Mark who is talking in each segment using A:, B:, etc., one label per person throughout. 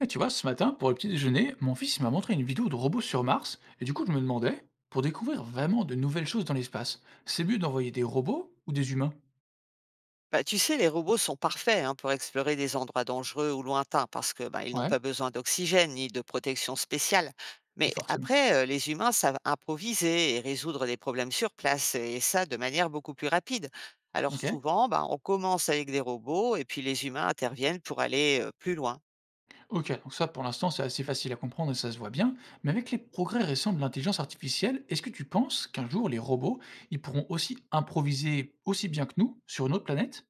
A: Et tu vois, ce matin, pour le petit déjeuner, mon fils il m'a montré une vidéo de robots sur Mars, et du coup, je me demandais, pour découvrir vraiment de nouvelles choses dans l'espace, c'est mieux d'envoyer des robots ou des humains?
B: Bah, tu sais, les robots sont parfaits hein, pour explorer des endroits dangereux ou lointains parce que bah, ils n'ont
A: Ouais,
B: pas besoin d'oxygène ni de protection spéciale. Mais
A: forcément.
B: après, les humains savent improviser et résoudre des problèmes sur place et ça de manière beaucoup plus rapide. Alors
A: Ok.
B: souvent, bah, on commence avec des robots et puis les humains interviennent pour aller plus loin.
A: Ok, donc ça, pour l'instant, c'est assez facile à comprendre et ça se voit bien, mais avec les progrès récents de l'intelligence artificielle, est-ce que tu penses qu'un jour, les robots, ils pourront aussi improviser aussi bien que nous sur une autre planète?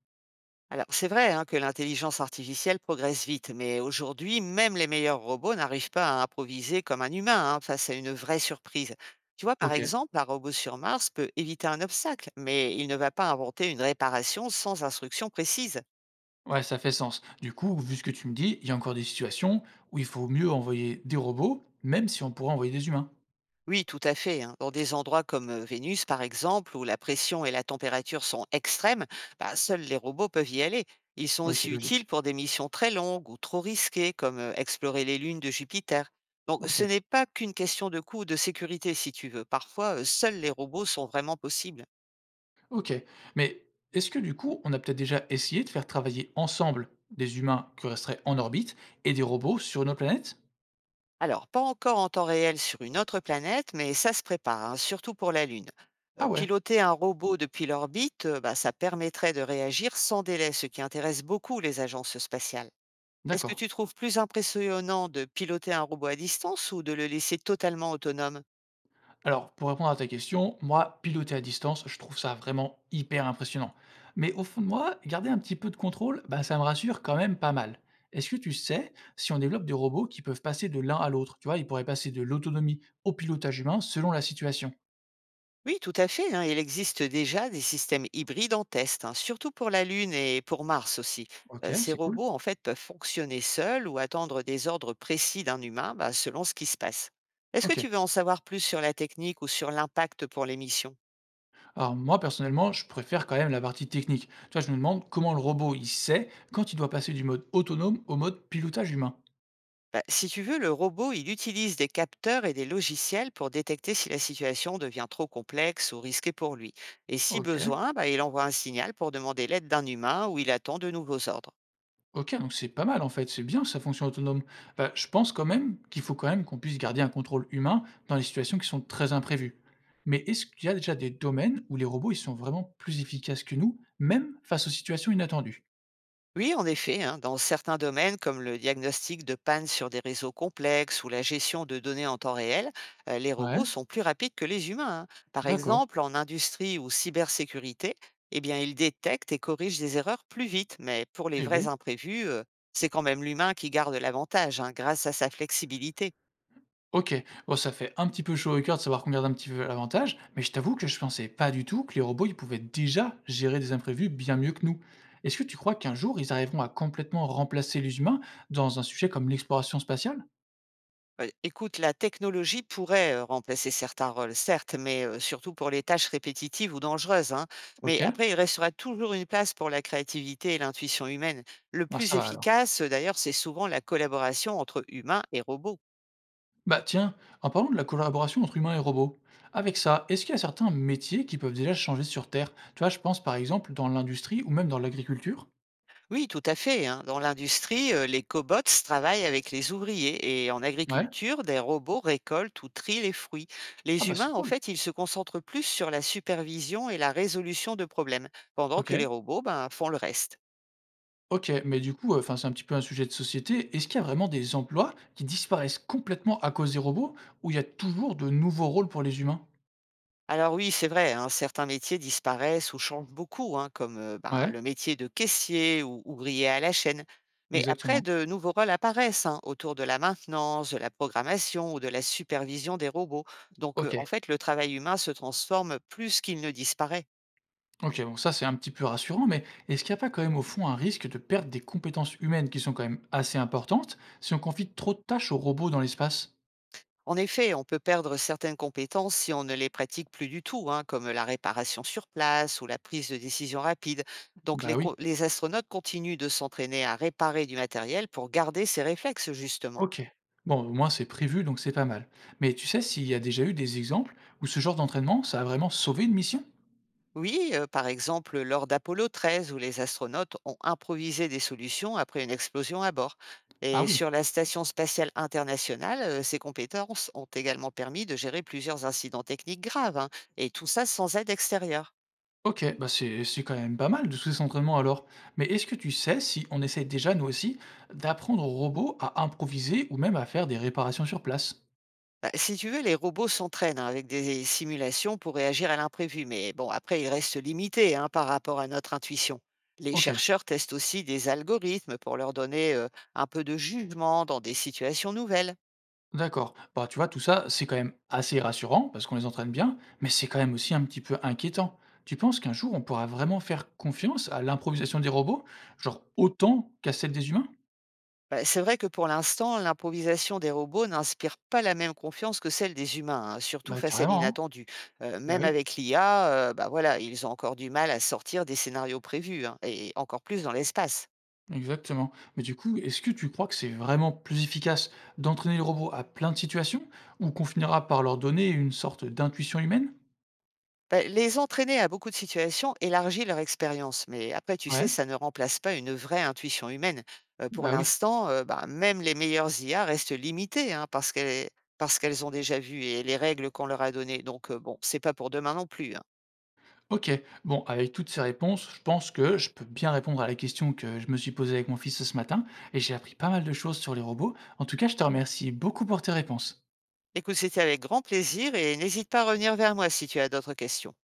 B: Alors, c'est vrai hein, que l'intelligence artificielle progresse vite, mais aujourd'hui, même les meilleurs robots n'arrivent pas à improviser comme un humain hein, face à une vraie surprise. Tu vois, par
A: Ok.
B: exemple, un robot sur Mars peut éviter un obstacle, mais il ne va pas inventer une réparation sans instruction précise.
A: Ouais, ça fait sens. Du coup, vu ce que tu me dis, il y a encore des situations où il faut mieux envoyer des robots, même si on pourrait envoyer des humains.
B: Oui, tout à fait, hein. Dans des endroits comme Vénus, par exemple, où la pression et la température sont extrêmes, bah, seuls les robots peuvent y aller. Ils sont
A: Oui, c'est
B: aussi utiles
A: logique.
B: pour des missions très longues ou trop risquées, comme explorer les lunes de Jupiter. Donc, ce
A: OK,
B: n'est pas qu'une question de coût ou de sécurité, si tu veux. Parfois, seuls les robots sont vraiment possibles.
A: OK. Mais est-ce que du coup, on a peut-être déjà essayé de faire travailler ensemble des humains qui resteraient en orbite et des robots sur nos planètes?
B: Alors, pas encore en temps réel sur une autre planète, mais ça se prépare, hein, surtout pour la Lune.
A: Ah ouais,
B: Piloter un robot depuis l'orbite, bah, ça permettrait de réagir sans délai, ce qui intéresse beaucoup les agences spatiales. Est-ce que
A: d'accord.
B: tu trouves plus impressionnant de piloter un robot à distance ou de le laisser totalement autonome?
A: Alors, pour répondre à ta question, moi, piloter à distance, je trouve ça vraiment hyper impressionnant. Mais au fond de moi, garder un petit peu de contrôle, ben, ça me rassure quand même pas mal. Est-ce que tu sais si on développe des robots qui peuvent passer de l'un à l'autre? Tu vois, ils pourraient passer de l'autonomie au pilotage humain selon la situation.
B: Oui, tout à fait, hein. Il existe déjà des systèmes hybrides en test, hein, surtout pour la Lune et pour Mars aussi.
A: OK,
B: Ces
A: c'est cool.
B: robots, en fait, peuvent fonctionner seuls ou attendre des ordres précis d'un humain bah, selon ce qui se passe. Est-ce que
A: OK.
B: tu veux en savoir plus sur la technique ou sur l'impact pour les missions?
A: Alors moi, personnellement, je préfère quand même la partie technique. Tu vois, je me demande comment le robot, il sait quand il doit passer du mode autonome au mode pilotage humain.
B: Bah, si tu veux, le robot, il utilise des capteurs et des logiciels pour détecter si la situation devient trop complexe ou risquée pour lui. Et si
A: OK.
B: besoin, bah, il envoie un signal pour demander l'aide d'un humain ou il attend de nouveaux ordres.
A: OK, donc c'est pas mal en fait, c'est bien sa fonction autonome. Bah, je pense quand même qu'il faut quand même qu'on puisse garder un contrôle humain dans les situations qui sont très imprévues. Mais est-ce qu'il y a déjà des domaines où les robots, ils sont vraiment plus efficaces que nous, même face aux situations inattendues?
B: Oui, en effet, hein, dans certains domaines, comme le diagnostic de panne sur des réseaux complexes ou la gestion de données en temps réel, les
A: Ouais,
B: robots sont plus rapides que les humains, hein. Par
A: d'accord.
B: exemple, en industrie ou cybersécurité, eh bien, ils détectent et corrigent des erreurs plus vite. Mais pour les
A: Eh
B: vrais
A: ben
B: imprévus, c'est quand même l'humain qui garde l'avantage hein, grâce à sa flexibilité.
A: OK. Bon, ça fait un petit peu chaud au cœur de savoir qu'on garde un petit peu l'avantage, mais je t'avoue que je pensais pas du tout que les robots, ils pouvaient déjà gérer des imprévus bien mieux que nous. Est-ce que tu crois qu'un jour, ils arriveront à complètement remplacer les humains dans un sujet comme l'exploration spatiale?
B: Écoute, la technologie pourrait, remplacer certains rôles, certes, mais surtout pour les tâches répétitives ou dangereuses, hein. Mais
A: OK.
B: après, il restera toujours une place pour la créativité et l'intuition humaine. Le
A: Ah,
B: plus
A: ça va alors.
B: efficace, d'ailleurs, c'est souvent la collaboration entre humains et robots.
A: Bah tiens, en parlant de la collaboration entre humains et robots, avec ça, est-ce qu'il y a certains métiers qui peuvent déjà changer sur Terre? Tu vois, je pense par exemple dans l'industrie ou même dans l'agriculture.
B: Oui, tout à fait, hein. Dans l'industrie, les cobots travaillent avec les ouvriers et en
A: Ouais.
B: agriculture, des robots récoltent ou trient les fruits.
A: Ah
B: Les
A: bah c'est
B: humains, en
A: cool.
B: fait, ils se concentrent plus sur la supervision et la résolution de problèmes, pendant
A: OK.
B: que les robots, ben, font le reste.
A: OK, mais du coup, enfin, c'est un petit peu un sujet de société. Est-ce qu'il y a vraiment des emplois qui disparaissent complètement à cause des robots ou il y a toujours de nouveaux rôles pour les humains?
B: Alors oui, c'est vrai, hein, certains métiers disparaissent ou changent beaucoup, hein, comme bah,
A: Ouais,
B: le métier de caissier ou ouvrier à la chaîne. Mais après,
A: exactement.
B: de nouveaux rôles apparaissent hein, autour de la maintenance, de la programmation ou de la supervision des robots. Donc en
A: OK.
B: fait, le travail humain se transforme plus qu'il ne disparaît.
A: OK, bon ça, c'est un petit peu rassurant, mais est-ce qu'il n'y a pas quand même, au fond, un risque de perdre des compétences humaines qui sont quand même assez importantes si on confie trop de tâches aux robots dans l'espace?
B: En effet, on peut perdre certaines compétences si on ne les pratique plus du tout, hein, comme la réparation sur place ou la prise de décision rapide. Donc les,
A: Bah oui.
B: les astronautes continuent de s'entraîner à réparer du matériel pour garder ces réflexes, justement.
A: OK. Bon, au moins c'est prévu, donc c'est pas mal. Mais tu sais s'il y a déjà eu des exemples où ce genre d'entraînement, ça a vraiment sauvé une mission?
B: Oui, par exemple lors d'Apollo 13 où les astronautes ont improvisé des solutions après une explosion à bord.
A: Ah
B: Et
A: oui.
B: sur la Station spatiale internationale, ces compétences ont également permis de gérer plusieurs incidents techniques graves, hein, et tout ça sans aide extérieure.
A: OK, bah, c'est quand même pas mal de tous ces entraînements alors. Mais est-ce que tu sais si on essaye déjà, nous aussi, d'apprendre aux robots à improviser ou même à faire des réparations sur place?
B: Bah, si tu veux, les robots s'entraînent hein, avec des simulations pour réagir à l'imprévu, mais bon, après, ils restent limités hein, par rapport à notre intuition. Les
A: OK,
B: chercheurs testent aussi des algorithmes pour leur donner un peu de jugement dans des situations nouvelles.
A: d'accord. Bah, tu vois, tout ça, c'est quand même assez rassurant parce qu'on les entraîne bien, mais c'est quand même aussi un petit peu inquiétant. Tu penses qu'un jour, on pourra vraiment faire confiance à l'improvisation des robots, genre autant qu'à celle des humains?
B: Bah, c'est vrai que pour l'instant, l'improvisation des robots n'inspire pas la même confiance que celle des humains, hein, surtout
A: Bah,
B: face à
A: carrément, hein.
B: l'inattendu.
A: Bah
B: Même
A: oui.
B: avec l'IA, bah voilà, ils ont encore du mal à sortir des scénarios prévus, hein, et encore plus dans l'espace.
A: Exactement. Mais du coup, est-ce que tu crois que c'est vraiment plus efficace d'entraîner les robots à plein de situations ou qu'on finira par leur donner une sorte d'intuition humaine?
B: Bah, les entraîner à beaucoup de situations élargit leur expérience, mais après, tu sais,
A: Ouais,
B: ça ne remplace pas une vraie intuition humaine. Pour
A: bah oui.
B: l'instant, bah, même les meilleures IA restent limitées hein, parce qu'elles ont déjà vu et les règles qu'on leur a données. Donc, bon, c'est pas pour demain non plus, hein.
A: Ok, bon, avec toutes ces réponses, je pense que je peux bien répondre à la question que je me suis posée avec mon fils ce matin et j'ai appris pas mal de choses sur les robots. En tout cas, je te remercie beaucoup pour tes réponses.
B: Écoute, c'était avec grand plaisir et n'hésite pas à revenir vers moi si tu as d'autres questions.